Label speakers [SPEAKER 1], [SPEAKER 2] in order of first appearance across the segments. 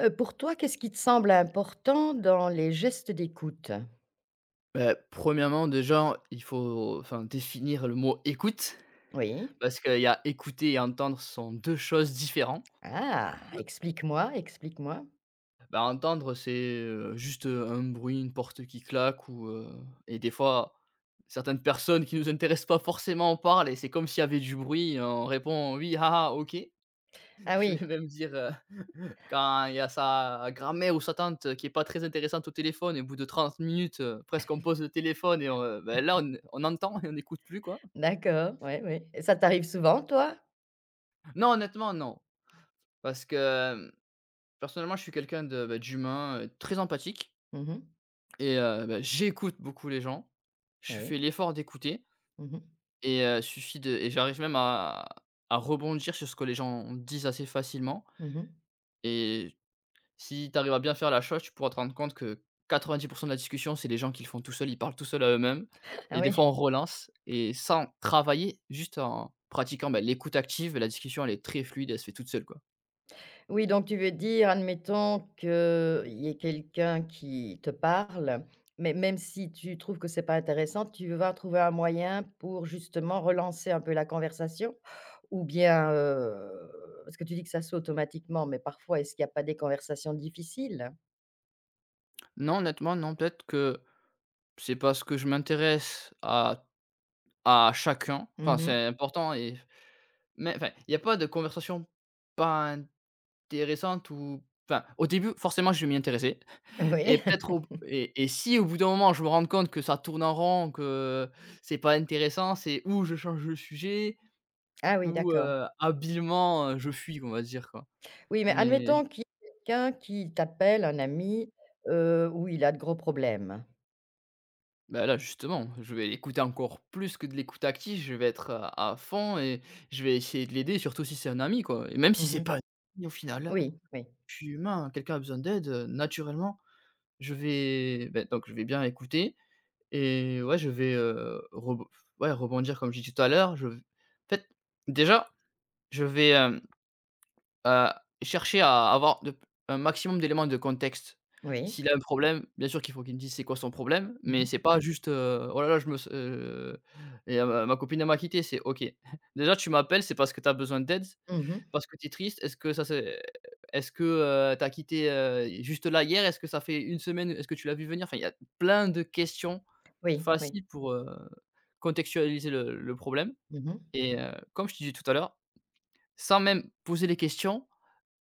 [SPEAKER 1] Pour toi, qu'est-ce qui te semble important dans les gestes d'écoute?
[SPEAKER 2] Bah, premièrement, déjà, il faut enfin définir le mot «écoute»
[SPEAKER 1] Oui.
[SPEAKER 2] parce qu'il y a écouter et entendre sont 2 choses différentes.
[SPEAKER 1] Ah! Explique-moi, explique-moi.
[SPEAKER 2] Bah, entendre, c'est, juste, un bruit, une porte qui claque ou, et des fois, certaines personnes qui nous intéressent pas forcément en parlent et c'est comme s'il y avait du bruit et on répond: «Oui, ah ah, OK».
[SPEAKER 1] Ah
[SPEAKER 2] Je
[SPEAKER 1] oui,
[SPEAKER 2] vais même dire, quand il y a sa grand-mère ou sa tante qui est pas très intéressante au téléphone et au bout de 30 minutes, presque on pose le téléphone et on, bah, là on entend et on n'écoute plus quoi.
[SPEAKER 1] d'accord, oui, oui. Et ça t'arrive souvent, toi?
[SPEAKER 2] Non, honnêtement, non. Parce que, hem, personnellement, je suis quelqu'un de, bah, d'humain, très empathique
[SPEAKER 1] Mmh.
[SPEAKER 2] et bah, j'écoute beaucoup les gens. Je
[SPEAKER 1] Oui.
[SPEAKER 2] fais l'effort d'écouter
[SPEAKER 1] Mmh mh.
[SPEAKER 2] et suffit de et j'arrive même à rebondir sur ce que les gens disent assez facilement
[SPEAKER 1] Mmh.
[SPEAKER 2] et si tu arrives à bien faire la chose, tu pourras te rendre compte que 90 de la discussion, c'est les gens qui le font tout seuls, ils parlent tout seuls à eux-mêmes
[SPEAKER 1] Ah
[SPEAKER 2] et des fois
[SPEAKER 1] oui.
[SPEAKER 2] on relance et sans travailler, juste en pratiquant, bah, l'écoute active, la discussion elle est très fluide, elle se fait toute seule, quoi.
[SPEAKER 1] Oui, donc tu veux dire, admettons qu'il y ait quelqu'un qui te parle, mais même si tu trouves que c'est pas intéressant, tu vas trouver un moyen pour justement relancer un peu la conversation? Ou bien, parce que tu dis que ça se fait automatiquement, mais parfois est-ce qu'il y a pas des conversations difficiles?
[SPEAKER 2] Non, honnêtement, non, peut-être que c'est parce que je m'intéresse à chacun, enfin,
[SPEAKER 1] Mmh.
[SPEAKER 2] c'est important et mais enfin, il y a pas de conversation pas intéressante ou enfin, au début, forcément, je vais m'y intéresser et
[SPEAKER 1] Oui.
[SPEAKER 2] peut-être au et si au bout d'un moment, je me rends compte que ça tourne en rond, que c'est pas intéressant, c'est ou je change de sujet
[SPEAKER 1] Ah oui,
[SPEAKER 2] ou
[SPEAKER 1] d'accord.
[SPEAKER 2] habilement, je fuis, on va dire, quoi.
[SPEAKER 1] Oui, mais
[SPEAKER 2] Mais
[SPEAKER 1] admettons qu'il y ait quelqu'un qui t'appelle, un ami, où il a de gros problèmes.
[SPEAKER 2] bah, là, justement, je vais l'écouter encore plus que de l'écoute active, je vais être à fond et je vais essayer de l'aider, surtout si c'est un ami, quoi et même si c'est
[SPEAKER 1] Mmh.
[SPEAKER 2] pas un ami au final,
[SPEAKER 1] Oui, oui,
[SPEAKER 2] je suis humain, quelqu'un a besoin d'aide, naturellement, donc je vais bien écouter et ouais, je vais, rebo ouais, rebondir comme j'ai dit tout à l'heure, je en fait, déjà, je vais, Heu, chercher à avoir de un maximum d'éléments de contexte.
[SPEAKER 1] oui.
[SPEAKER 2] S'il a un problème, bien sûr qu'il faut qu'il me dise c'est quoi son problème,
[SPEAKER 1] Mmh
[SPEAKER 2] mais
[SPEAKER 1] mh.
[SPEAKER 2] c'est pas juste, «Oh là là, je me s et ma copine elle m'a quitté», c'est OK. Déjà tu m'appelles, c'est parce que tu as besoin d'aide,
[SPEAKER 1] Mmh.
[SPEAKER 2] parce que tu es triste. Est-ce que, tu as quitté, juste là hier? Est-ce que ça fait une semaine? Est-ce que tu l'as vu venir? Enfin, il y a plein de questions
[SPEAKER 1] Oui, oui.
[SPEAKER 2] faciles pour, contextualiser le problème
[SPEAKER 1] Mmh.
[SPEAKER 2] et comme je te disais tout à l'heure, sans même poser les questions,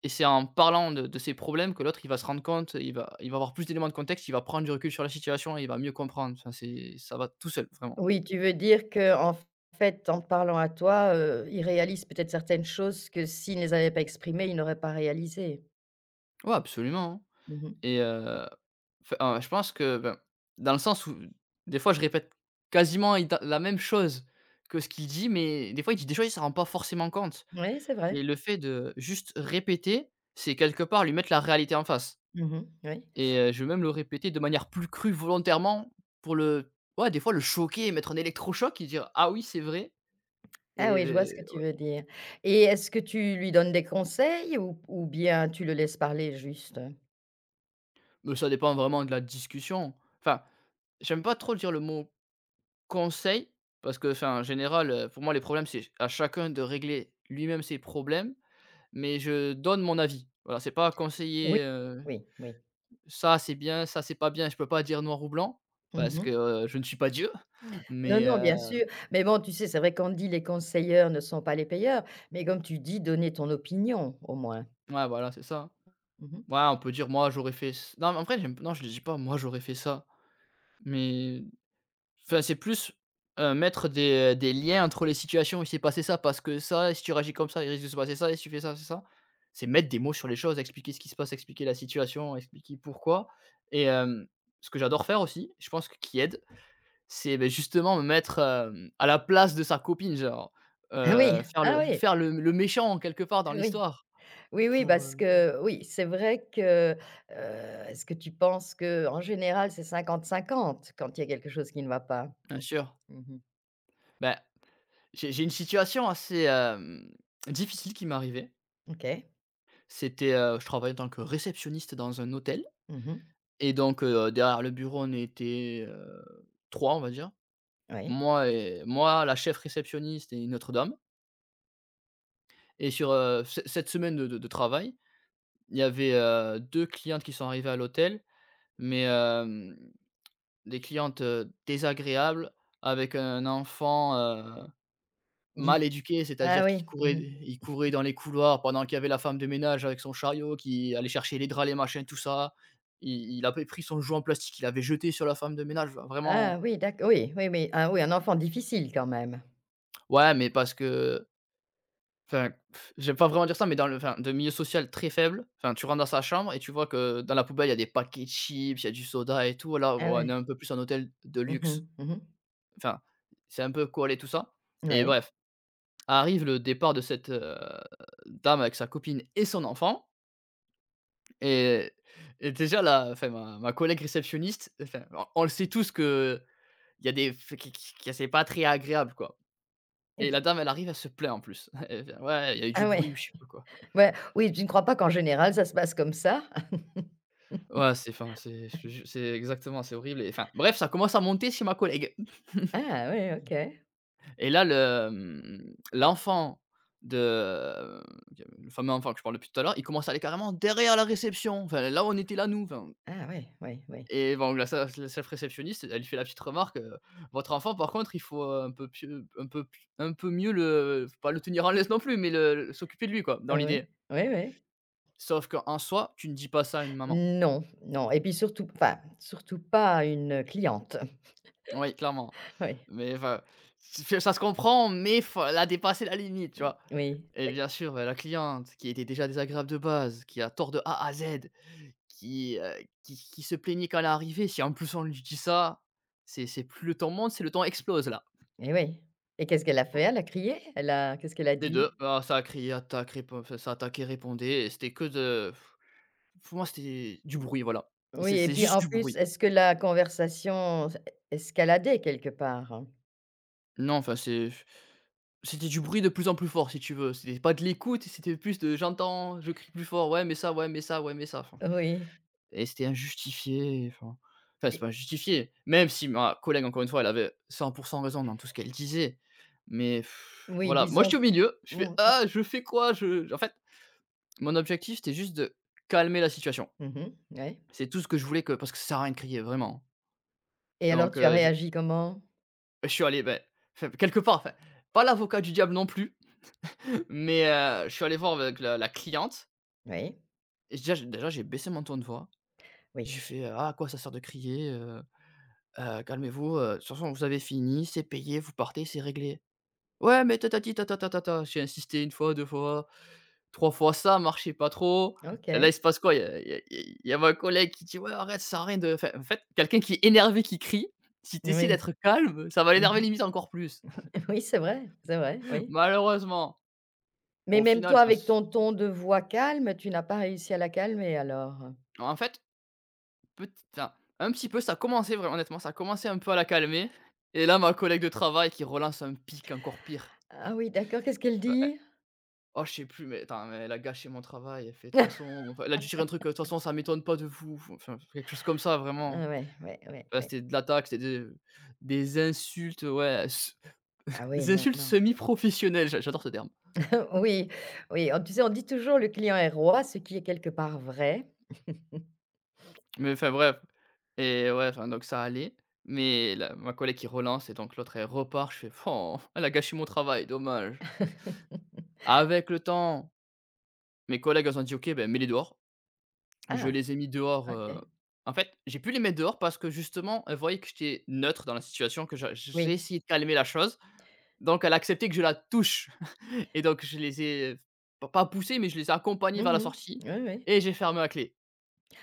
[SPEAKER 2] et c'est en parlant de ses problèmes que l'autre, il va se rendre compte, il va avoir plus d'éléments de contexte, il va prendre du recul sur la situation et il va mieux comprendre. Enfin, c'est ça va tout seul, vraiment.
[SPEAKER 1] Oui, tu veux dire que en fait, en te parlant à toi, il réalise peut-être certaines choses que s'il ne les avait pas exprimées, il n'aurait pas réalisées?
[SPEAKER 2] Ouais, absolument, hein
[SPEAKER 1] Mmh.
[SPEAKER 2] et enfin, je pense que, ben, dans le sens où des fois, je répète quasiment iden la même chose que ce qu'il dit, mais des fois, il dit des choses, il ne s'en rend pas forcément compte
[SPEAKER 1] Oui, c'est vrai.
[SPEAKER 2] et le fait de juste répéter, c'est quelque part lui mettre la réalité en face.
[SPEAKER 1] Mmh, oui.
[SPEAKER 2] Et je vais même le répéter de manière plus crue volontairement pour le ouais, des fois le choquer, mettre un électrochoc et dire: «Ah oui, c'est vrai»
[SPEAKER 1] Ah
[SPEAKER 2] et
[SPEAKER 1] oui, je vois ce que tu veux dire et est-ce que tu lui donnes des conseils ou bien tu le laisses parler juste?
[SPEAKER 2] mais ça dépend vraiment de la discussion. Enfin, j'aime pas trop dire le mot conseil parce que, enfin, en général, pour moi, les problèmes, c'est à chacun de régler lui-même ses problèmes, mais je donne mon avis. Voilà, c'est pas
[SPEAKER 1] Oui,
[SPEAKER 2] conseiller,
[SPEAKER 1] oui, oui.
[SPEAKER 2] ça c'est bien, ça c'est pas bien, je peux pas dire noir ou blanc parce que,
[SPEAKER 1] Mmh.
[SPEAKER 2] je ne suis pas Dieu,
[SPEAKER 1] Non,
[SPEAKER 2] mais
[SPEAKER 1] non, bien sûr, mais bon, tu sais, c'est vrai qu'on dit: «Les conseilleurs ne sont pas les payeurs», mais comme tu dis: «Donner ton opinion», au moins.
[SPEAKER 2] ouais, voilà, c'est ça.
[SPEAKER 1] Mmh.
[SPEAKER 2] Ouais, on peut dire: «Moi, j'aurais fait ç» non, mais en vrai, j'aime non, je le dis pas: «Moi, j'aurais fait ça», mais enfin, c'est plus, mettre des liens entre les situations. «Il s'est passé ça parce que ça, et si tu réagis comme ça, il risque de se passer ça, et si tu fais ça». C'est mettre des mots sur les choses, expliquer ce qui se passe, expliquer la situation, expliquer pourquoi et ce que j'adore faire aussi, je pense que qui aide, c'est, beh, justement me mettre, à la place de sa copine, genre,
[SPEAKER 1] Ah oui,
[SPEAKER 2] faire
[SPEAKER 1] ah
[SPEAKER 2] le
[SPEAKER 1] oui,
[SPEAKER 2] faire le le méchant quelque part dans
[SPEAKER 1] oui.
[SPEAKER 2] l'histoire
[SPEAKER 1] Oui, oui,
[SPEAKER 2] pour,
[SPEAKER 1] parce
[SPEAKER 2] heu
[SPEAKER 1] que oui, c'est vrai que, est-ce que tu penses que en général, c'est cinquante-cinquante quand il y a quelque chose qui ne va pas?
[SPEAKER 2] bien sûr.
[SPEAKER 1] Mmh.
[SPEAKER 2] Ben, j'ai une situation assez, difficile qui m'est arrivée.
[SPEAKER 1] OK.
[SPEAKER 2] C'était, je travaillais en tant que réceptionniste dans un hôtel
[SPEAKER 1] Mmh.
[SPEAKER 2] et donc derrière le bureau, on était, 3, on va dire.
[SPEAKER 1] Oui.
[SPEAKER 2] Moi et moi, la chef réceptionniste et une autre dame et sur, ce cette semaine de travail, il y avait, 2 clientes qui sont arrivées à l'hôtel, mais des clientes, désagréables avec un enfant,
[SPEAKER 1] Dis,
[SPEAKER 2] mal éduqués,
[SPEAKER 1] ah
[SPEAKER 2] c'est-à-dire
[SPEAKER 1] oui.
[SPEAKER 2] qu'ils couraient
[SPEAKER 1] Mmh.
[SPEAKER 2] ils couraient dans les couloirs pendant qu'il y avait la femme de ménage avec son chariot qui allait chercher les draps, les machins, tout ça. Il avait pris son jouet en plastique, il l'avait jeté sur la femme de ménage, enfin
[SPEAKER 1] Ah
[SPEAKER 2] vraiment
[SPEAKER 1] oui, d'accord, oui, oui, oui. Ah oui, un enfant difficile quand même.
[SPEAKER 2] ouais, mais parce que enfin, pff, j'aime pas vraiment dire ça, mais dans le enfin, de milieu social très faible, enfin, tu rentres dans sa chambre et tu vois que dans la poubelle, il y a des paquets de chips, il y a du soda et tout, alors
[SPEAKER 1] Ah
[SPEAKER 2] on est
[SPEAKER 1] oui.
[SPEAKER 2] un peu plus un hôtel de
[SPEAKER 1] Mmh
[SPEAKER 2] luxe.
[SPEAKER 1] mh. Mmh.
[SPEAKER 2] Enfin, c'est un peu corrélé tout ça et
[SPEAKER 1] Oui.
[SPEAKER 2] bref, arrive le départ de cette, dame avec sa copine et son enfant. Et et déjà là, enfin ma collègue réceptionniste, enfin, on le sait tous que il y a des f qui c'est pas très agréable, quoi et
[SPEAKER 1] Ex
[SPEAKER 2] la dame, elle arrive, elle se plaint en plus. Elle vient: «Ouais, il y a eu du
[SPEAKER 1] ah oui.
[SPEAKER 2] bruit» ou je sais pas quoi.
[SPEAKER 1] Ouais, oui, tu ne crois pas qu'en général, ça se passe comme ça?
[SPEAKER 2] Ouais, c'est enfin, c'est je te jure, c'est exactement, c'est horrible et enfin bref, ça commence à monter chez ma collègue
[SPEAKER 1] Ah oui, OK.
[SPEAKER 2] et là le, de, le fameux enfant que je parle depuis tout à l'heure, il commence à aller carrément derrière la réception. Enfin, là, on était là, nous, enfin.
[SPEAKER 1] Ah oui, oui, oui.
[SPEAKER 2] Et bon, la sa la self réceptionniste, elle lui fait la petite remarque, «Votre enfant par contre, il faut, un peu pieu un peu p un peu mieux le faut pas le tenir en laisse non plus, mais s'occuper de lui quoi,
[SPEAKER 1] Ah
[SPEAKER 2] dans
[SPEAKER 1] oui,
[SPEAKER 2] l'idée».
[SPEAKER 1] oui, oui.
[SPEAKER 2] Sauf qu'en soi, tu ne dis pas ça à une maman.
[SPEAKER 1] Non, non et puis surtout enfin, surtout pas une cliente.
[SPEAKER 2] Oui, clairement.
[SPEAKER 1] Oui,
[SPEAKER 2] Mais enfin, c'est ça se comprend, mais faut elle a la limite, tu vois?
[SPEAKER 1] oui
[SPEAKER 2] Et bien sûr, bah, la cliente qui était déjà désagréable de base, qui a tort de A à Z, qui, heu, qui se plaignait quand elle est arrivée. Si en plus on lui dit ça, c'est plus le temps monte, c'est le temps explose là.
[SPEAKER 1] et oui et qu'est-ce qu'elle a fait? Elle a crié? Elle a qu'est-ce qu'elle a
[SPEAKER 2] Les 2.
[SPEAKER 1] dit?
[SPEAKER 2] Ah, ça a crié, attaque, répon enfin, ça attaquait, répondait et c'était que de pour moi, c'était du bruit, voilà. C'est
[SPEAKER 1] Oui et
[SPEAKER 2] c'est
[SPEAKER 1] puis,
[SPEAKER 2] juste
[SPEAKER 1] en
[SPEAKER 2] du
[SPEAKER 1] plus,
[SPEAKER 2] bruit.
[SPEAKER 1] est-ce que la conversation s escaladait quelque part?
[SPEAKER 2] Non, enfin, c'était du bruit de plus en plus fort, si tu veux. C'était pas de l'écoute, c'était plus de j'entends, je crie plus fort, ouais, mais ça, ouais, mais ça, ouais, mais ça, enfin
[SPEAKER 1] Oui
[SPEAKER 2] et c'était injustifié, enfin c'est
[SPEAKER 1] et
[SPEAKER 2] pas justifié, même si ma collègue, encore une fois, elle avait 100 raison dans tout ce qu'elle disait, mais pff,
[SPEAKER 1] oui,
[SPEAKER 2] voilà. Moi, je
[SPEAKER 1] disons
[SPEAKER 2] suis au milieu, je fais:
[SPEAKER 1] mmh mh.
[SPEAKER 2] «Ah, je fais quoi?» je en fait, mon objectif, c'était juste de calmer la situation.
[SPEAKER 1] Mmh, ouais,
[SPEAKER 2] C'est tout ce que je voulais que parce que ça sert à rien de crier, vraiment.
[SPEAKER 1] et alors
[SPEAKER 2] Donc
[SPEAKER 1] tu as réagi comment?
[SPEAKER 2] je suis allé, beh, enfin, quelque part, enfin, pas l'avocat du diable non plus, mais je suis allé voir avec la cliente
[SPEAKER 1] Oui,
[SPEAKER 2] et déjà j'ai baissé mon ton de voix. J'ai
[SPEAKER 1] oui,
[SPEAKER 2] fait: «Ah, à quoi ça sert de crier, calmez-vous, de toute façon vous avez fini, c'est payé, vous partez, c'est réglé». «Ouais, mais ta ta tata ta J'ai insisté une fois, 2 fois. Trois fois ça, marchait pas trop. Là,
[SPEAKER 1] OK.
[SPEAKER 2] il se passe quoi. Il y a ma collègue qui dit: Ouais, arrête, ça sert à rien de. Enfin, en fait, quelqu'un qui est énervé, qui crie, si tu essaies
[SPEAKER 1] Oui.
[SPEAKER 2] d'être calme, ça va
[SPEAKER 1] Mmh.
[SPEAKER 2] l'énerver limite encore plus.
[SPEAKER 1] Oui, c'est vrai, oui,
[SPEAKER 2] Malheureusement,
[SPEAKER 1] mais
[SPEAKER 2] au
[SPEAKER 1] même
[SPEAKER 2] final,
[SPEAKER 1] toi,
[SPEAKER 2] enfin,
[SPEAKER 1] avec ton ton de voix calme, tu n'as pas réussi à la calmer alors?
[SPEAKER 2] en fait, petit, enfin, un petit peu, ça commençait vraiment, honnêtement, ça commençait un peu à la calmer. Et là, ma collègue de travail qui relance un pic encore pire.
[SPEAKER 1] Ah oui, d'accord, qu'est-ce qu'elle
[SPEAKER 2] Euh,
[SPEAKER 1] dit?
[SPEAKER 2] Oh, je sais plus, mais, attends, mais elle a gâché mon travail. Elle fait, de toute façon, enfin, elle a dû tirer un truc, de toute façon, ça m'étonne pas de vous. Enfin, quelque chose comme ça, vraiment.
[SPEAKER 1] Ah ouais, ouais, ouais,
[SPEAKER 2] Bah,
[SPEAKER 1] ouais.
[SPEAKER 2] c'était de l'attaque, c'était de des insultes, ouais, s
[SPEAKER 1] Ah oui,
[SPEAKER 2] des
[SPEAKER 1] non,
[SPEAKER 2] insultes
[SPEAKER 1] non.
[SPEAKER 2] semi-professionnelles, j'adore ce terme.
[SPEAKER 1] Oui, oui, on tu sais, on dit toujours: «Le client est roi», ce qui est quelque part vrai.
[SPEAKER 2] Mais enfin bref, et ouais, enfin donc ça allait, mais la ma collègue qui relance et donc l'autre elle repart, je fais: «Oh, elle a gâché mon travail, dommage». Avec le temps, mes collègues, elles ont dit: «OK, ben mets-les dehors». Je
[SPEAKER 1] Ah,
[SPEAKER 2] les ai mis dehors,
[SPEAKER 1] OK.
[SPEAKER 2] en fait, j'ai pu les mettre dehors parce que justement, elle voyait que j'étais neutre dans la situation, que j'ai
[SPEAKER 1] Oui.
[SPEAKER 2] essayé de calmer la chose, donc elle a accepté que je la touche. Et donc je les ai pas poussés, mais je les ai accompagnés vers la
[SPEAKER 1] Mmh.
[SPEAKER 2] sortie
[SPEAKER 1] Oui, oui.
[SPEAKER 2] et j'ai fermé à clé.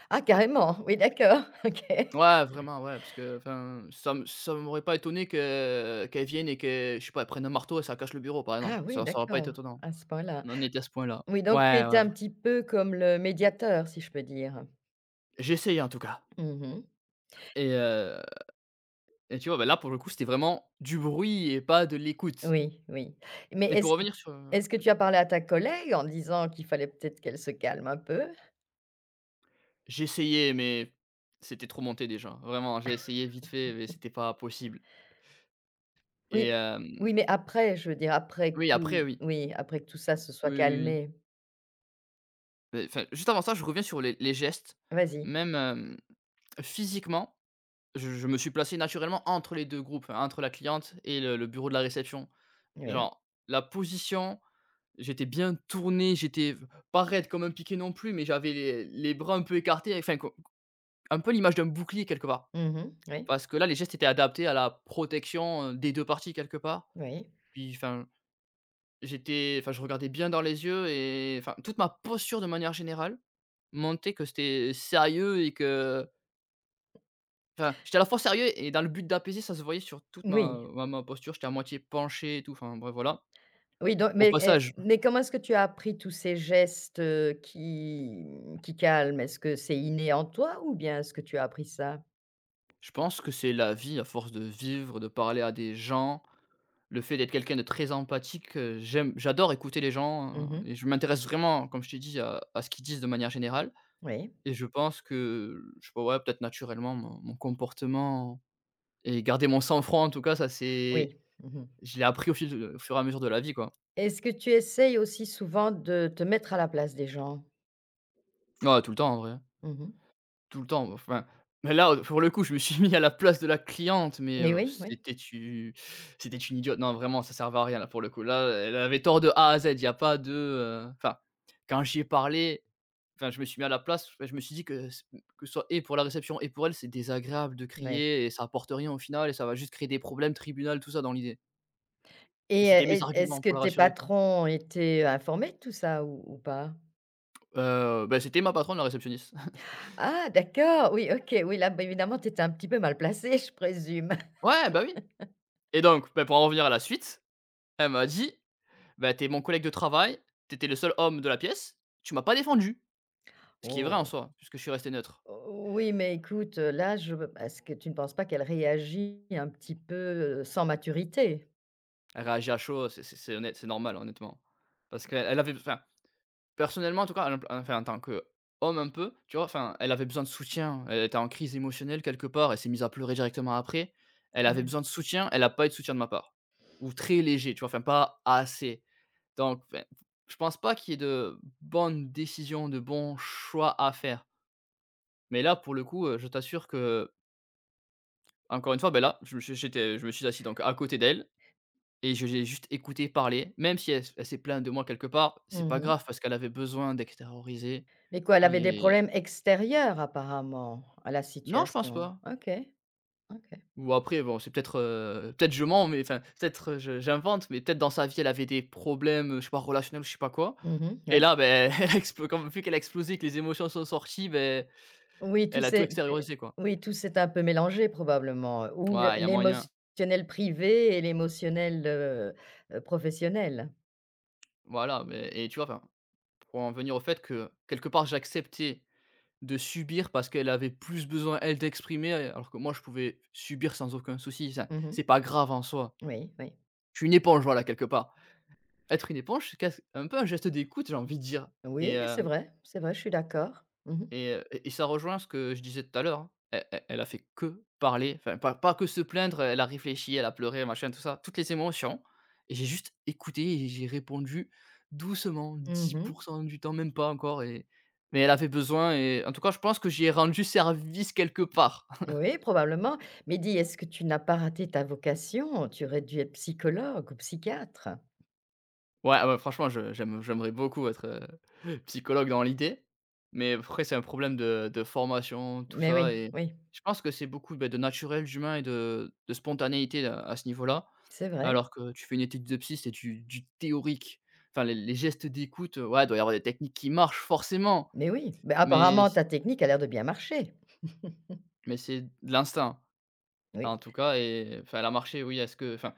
[SPEAKER 1] Ah carrément! Oui, d'accord. OK.
[SPEAKER 2] Ouais, vraiment, ouais, parce que enfin, ça m'aurait pas étonné que qu'elles viennent et que, je sais pas, elles prennent un marteau et ça cache le bureau, par exemple.
[SPEAKER 1] Ah oui,
[SPEAKER 2] Ça aurait pas été
[SPEAKER 1] d'accord,
[SPEAKER 2] étonnant.
[SPEAKER 1] à ce point-là.
[SPEAKER 2] On en était à ce point-là.
[SPEAKER 1] Oui, donc tu
[SPEAKER 2] Ouais,
[SPEAKER 1] étais
[SPEAKER 2] ouais,
[SPEAKER 1] un
[SPEAKER 2] vr
[SPEAKER 1] petit peu comme le médiateur, si je peux dire?
[SPEAKER 2] j'essayais, en tout cas.
[SPEAKER 1] Mmh.
[SPEAKER 2] Et et tu vois, bah, là, pour le coup, c'était vraiment du bruit et pas de l'écoute.
[SPEAKER 1] Oui, oui. Mais
[SPEAKER 2] et pour
[SPEAKER 1] est-ce que
[SPEAKER 2] revenir sur,
[SPEAKER 1] tu as parlé à ta collègue en disant qu'il fallait peut-être qu'elle se calme un peu?
[SPEAKER 2] j'essayais, mais c'était trop monté déjà. Vraiment, j'ai essayé vite fait, mais c'était pas possible. Et
[SPEAKER 1] Oui. Oui,
[SPEAKER 2] hem
[SPEAKER 1] mais après, je veux dire, après que
[SPEAKER 2] Oui, après
[SPEAKER 1] tout
[SPEAKER 2] oui.
[SPEAKER 1] oui, après que tout ça se
[SPEAKER 2] Oui,
[SPEAKER 1] soit
[SPEAKER 2] oui, oui.
[SPEAKER 1] calmé.
[SPEAKER 2] Beh, enfin, juste avant ça, je reviens sur les gestes.
[SPEAKER 1] Vas-y.
[SPEAKER 2] Même, physiquement, je me suis placé naturellement entre les 2 groupes, hein, entre la cliente et le bureau de la réception.
[SPEAKER 1] Oui.
[SPEAKER 2] Genre, la position, j'étais bien tourné, j'étais pas raide comme un piqué non plus, mais j'avais les bras un peu écartés, enfin co un peu l'image d'un bouclier quelque part.
[SPEAKER 1] Mmh mh. Oui,
[SPEAKER 2] Parce que là, les gestes étaient adaptés à la protection, des 2 parties quelque part.
[SPEAKER 1] oui.
[SPEAKER 2] Puis enfin, je regardais bien dans les yeux et enfin, toute ma posture de manière générale montrait que c'était sérieux et que enfin, j'étais à la fois sérieux et dans le but d'apaiser, ça se voyait sur toute
[SPEAKER 1] Oui,
[SPEAKER 2] ma posture. J'étais à moitié penché et tout, enfin, bref, voilà.
[SPEAKER 1] oui donc
[SPEAKER 2] Au
[SPEAKER 1] mais et
[SPEAKER 2] passage,
[SPEAKER 1] mais comment est-ce que tu as appris tous ces gestes, qui mmh, qui calment? Est-ce que c'est inné en toi ou bien est-ce que tu as appris ça?
[SPEAKER 2] je pense que c'est la vie à force de vivre, de parler à des gens, le fait d'être quelqu'un de très empathique, j'adore écouter les
[SPEAKER 1] Mmh
[SPEAKER 2] gens,
[SPEAKER 1] mh.
[SPEAKER 2] et je m'intéresse vraiment, comme je t'ai dit, à ce qu'ils disent de manière générale,
[SPEAKER 1] Oui,
[SPEAKER 2] et je pense que, je sais pas, ouais, peut-être naturellement mon comportement. Et garder mon sang-froid, en tout cas, ça c'est
[SPEAKER 1] oui. Mmh mh.
[SPEAKER 2] je l'ai appris au fil de au fur et à mesure de la vie, quoi.
[SPEAKER 1] Est-ce que tu essayes aussi souvent de te mettre à la place des gens?
[SPEAKER 2] Ah, tout le temps, en vrai,
[SPEAKER 1] Mmh mh.
[SPEAKER 2] tout le temps, enfin, mais là, pour le coup, je me suis mis à la place de la cliente, mais
[SPEAKER 1] Mais oui, oui,
[SPEAKER 2] c'était une idiote. Non, vraiment, ça servait à rien, là, pour le coup. Là, elle avait tort de A à Z. Il y a pas de, enfin, quand j'y ai parlé, enfin, je me suis mis à la place, enfin, je me suis dit que ce soit et pour la réception et pour elle, c'est désagréable de
[SPEAKER 1] oui
[SPEAKER 2] crier et ça apporte rien au final et ça va juste créer des problèmes, tribunal, tout ça dans l'idée, et
[SPEAKER 1] et heu,
[SPEAKER 2] c'était mes
[SPEAKER 1] est est-ce
[SPEAKER 2] arguments
[SPEAKER 1] que
[SPEAKER 2] pour la
[SPEAKER 1] tes
[SPEAKER 2] rassurer, quoi.
[SPEAKER 1] patrons étaient informés de tout ça ou pas?
[SPEAKER 2] Bah, c'était ma patronne, la réceptionniste.
[SPEAKER 1] Ah d'accord, oui, OK, oui, là, bah, évidemment, tu étais un petit peu mal placée, je présume.
[SPEAKER 2] Ouais, bah, oui, et donc, bah, pour en revenir à la suite, elle m'a dit: «Bah, t'es mon collègue de travail, t'étais le seul homme de la pièce, tu m'as pas défendu». Ce qui est vrai en
[SPEAKER 1] Oh!
[SPEAKER 2] soi, puisque je suis resté neutre.
[SPEAKER 1] Oh, oui, mais écoute, là, je est-ce que tu ne penses pas qu'elle réagit un petit peu, sans maturité?
[SPEAKER 2] Elle réagit à chaud, c'est honnête, c'est normal, honnêtement. Parce qu'elle elle avait enfin, personnellement en tout cas, en enfin, en tant que homme un peu, tu vois? Enfin, elle avait besoin de soutien, elle était en crise émotionnelle quelque part, elle s'est mise à pleurer directement après. Elle avait
[SPEAKER 1] Ouais.
[SPEAKER 2] besoin de soutien, elle a pas eu de soutien de ma part, ou très léger, tu vois? Enfin, pas assez. Donc, enfin, je pense pas qu'il y ait de bonnes décisions, de bons choix à faire. Mais là, pour le coup, je t'assure que, encore une fois, ben là, je me suis assis donc à côté d'elle et je l'ai juste écoutée parler. Même si elle s'est plainte de moi quelque part, c'est pas
[SPEAKER 1] Mmh.
[SPEAKER 2] grave parce qu'elle avait besoin d'extérioriser,
[SPEAKER 1] Mais quoi, elle avait des
[SPEAKER 2] et
[SPEAKER 1] problèmes extérieurs apparemment à la
[SPEAKER 2] non, je pense
[SPEAKER 1] situation?
[SPEAKER 2] pas.
[SPEAKER 1] OK, OK.
[SPEAKER 2] Ou après, bon, c'est peut-être, peut-être je mens, mais enfin, peut-être, je j'invente, mais peut-être dans sa vie, elle avait des problèmes, je sais pas, relationnels, je sais pas quoi,
[SPEAKER 1] Mmh,
[SPEAKER 2] et
[SPEAKER 1] ouais.
[SPEAKER 2] là, ben, elle a explo comme vu qu'elle a explosé, que les émotions sont sorties, ben
[SPEAKER 1] Oui, tout
[SPEAKER 2] elle a tout
[SPEAKER 1] s'est
[SPEAKER 2] extériorisé, quoi.
[SPEAKER 1] oui, tout s'est un peu mélangé probablement, ou le
[SPEAKER 2] Ouais, il y a moyen.
[SPEAKER 1] l'émotionnel privé et l'émotionnel, professionnel.
[SPEAKER 2] Voilà, mais et tu vois, enfin, pour en venir au fait que, quelque part, j'acceptais de subir parce qu'elle avait plus besoin, elle, d'exprimer, alors que moi, je pouvais subir sans aucun souci. Ça,
[SPEAKER 1] Mmh.
[SPEAKER 2] c'est pas grave en soi.
[SPEAKER 1] Oui, oui.
[SPEAKER 2] Je suis une éponge, voilà, quelque part. Être une éponge, c'est quas un peu un geste d'écoute, j'ai envie de dire.
[SPEAKER 1] Oui,
[SPEAKER 2] et
[SPEAKER 1] mais
[SPEAKER 2] euh,
[SPEAKER 1] c'est vrai, je suis d'accord. Mmh mh.
[SPEAKER 2] Et ça rejoint ce que je disais tout à l'heure, hein. Elle a fait que parler, enfin pas que se plaindre, elle a réfléchi, elle a pleuré, machin, tout ça, toutes les émotions, et j'ai juste écouté et j'ai répondu doucement, dix pour
[SPEAKER 1] Mmh.
[SPEAKER 2] cent du temps, même pas encore, et mais elle avait besoin, et en tout cas, je pense que j'y ai rendu service quelque part.
[SPEAKER 1] Oui, probablement. Mais dis, est-ce que tu n'as pas raté ta vocation? Tu aurais dû être psychologue ou psychiatre.
[SPEAKER 2] Ouais, ouais, franchement, je j'aime j'aimerais beaucoup être, psychologue dans l'idée, mais après c'est un problème de formation, tout
[SPEAKER 1] Mais
[SPEAKER 2] ça,
[SPEAKER 1] oui,
[SPEAKER 2] et
[SPEAKER 1] oui,
[SPEAKER 2] je pense que c'est beaucoup, beh, de naturel, d'humain et de spontanéité à ce niveau-là.
[SPEAKER 1] c'est vrai.
[SPEAKER 2] Alors que tu fais une étude de psy, c'est du théorique. Enfin, les gestes d'écoute, ouais, doit y avoir des techniques qui marchent forcément,
[SPEAKER 1] Mais oui, mais
[SPEAKER 2] mais
[SPEAKER 1] apparemment, ta technique a l'air de bien marcher.
[SPEAKER 2] mais c'est de l'instinct.
[SPEAKER 1] Oui,
[SPEAKER 2] En tout cas et enfin, elle a marché, oui, est-ce que enfin,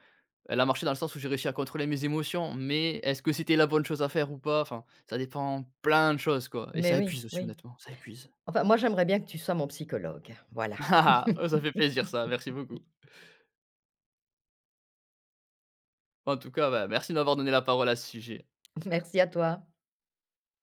[SPEAKER 2] elle a marché dans le sens où j'ai réussi à contrôler mes émotions, mais est-ce que c'était la bonne chose à faire ou pas? Enfin, ça dépend plein de choses, quoi, et
[SPEAKER 1] mais
[SPEAKER 2] ça
[SPEAKER 1] oui,
[SPEAKER 2] épuise aussi,
[SPEAKER 1] oui.
[SPEAKER 2] honnêtement, ça épuise.
[SPEAKER 1] Enfin, moi, j'aimerais bien que tu sois mon psychologue. Voilà.
[SPEAKER 2] Oh, ça fait plaisir ça, merci beaucoup. En tout cas, bah, merci de m'avoir donné la parole à ce sujet.
[SPEAKER 1] Merci à toi.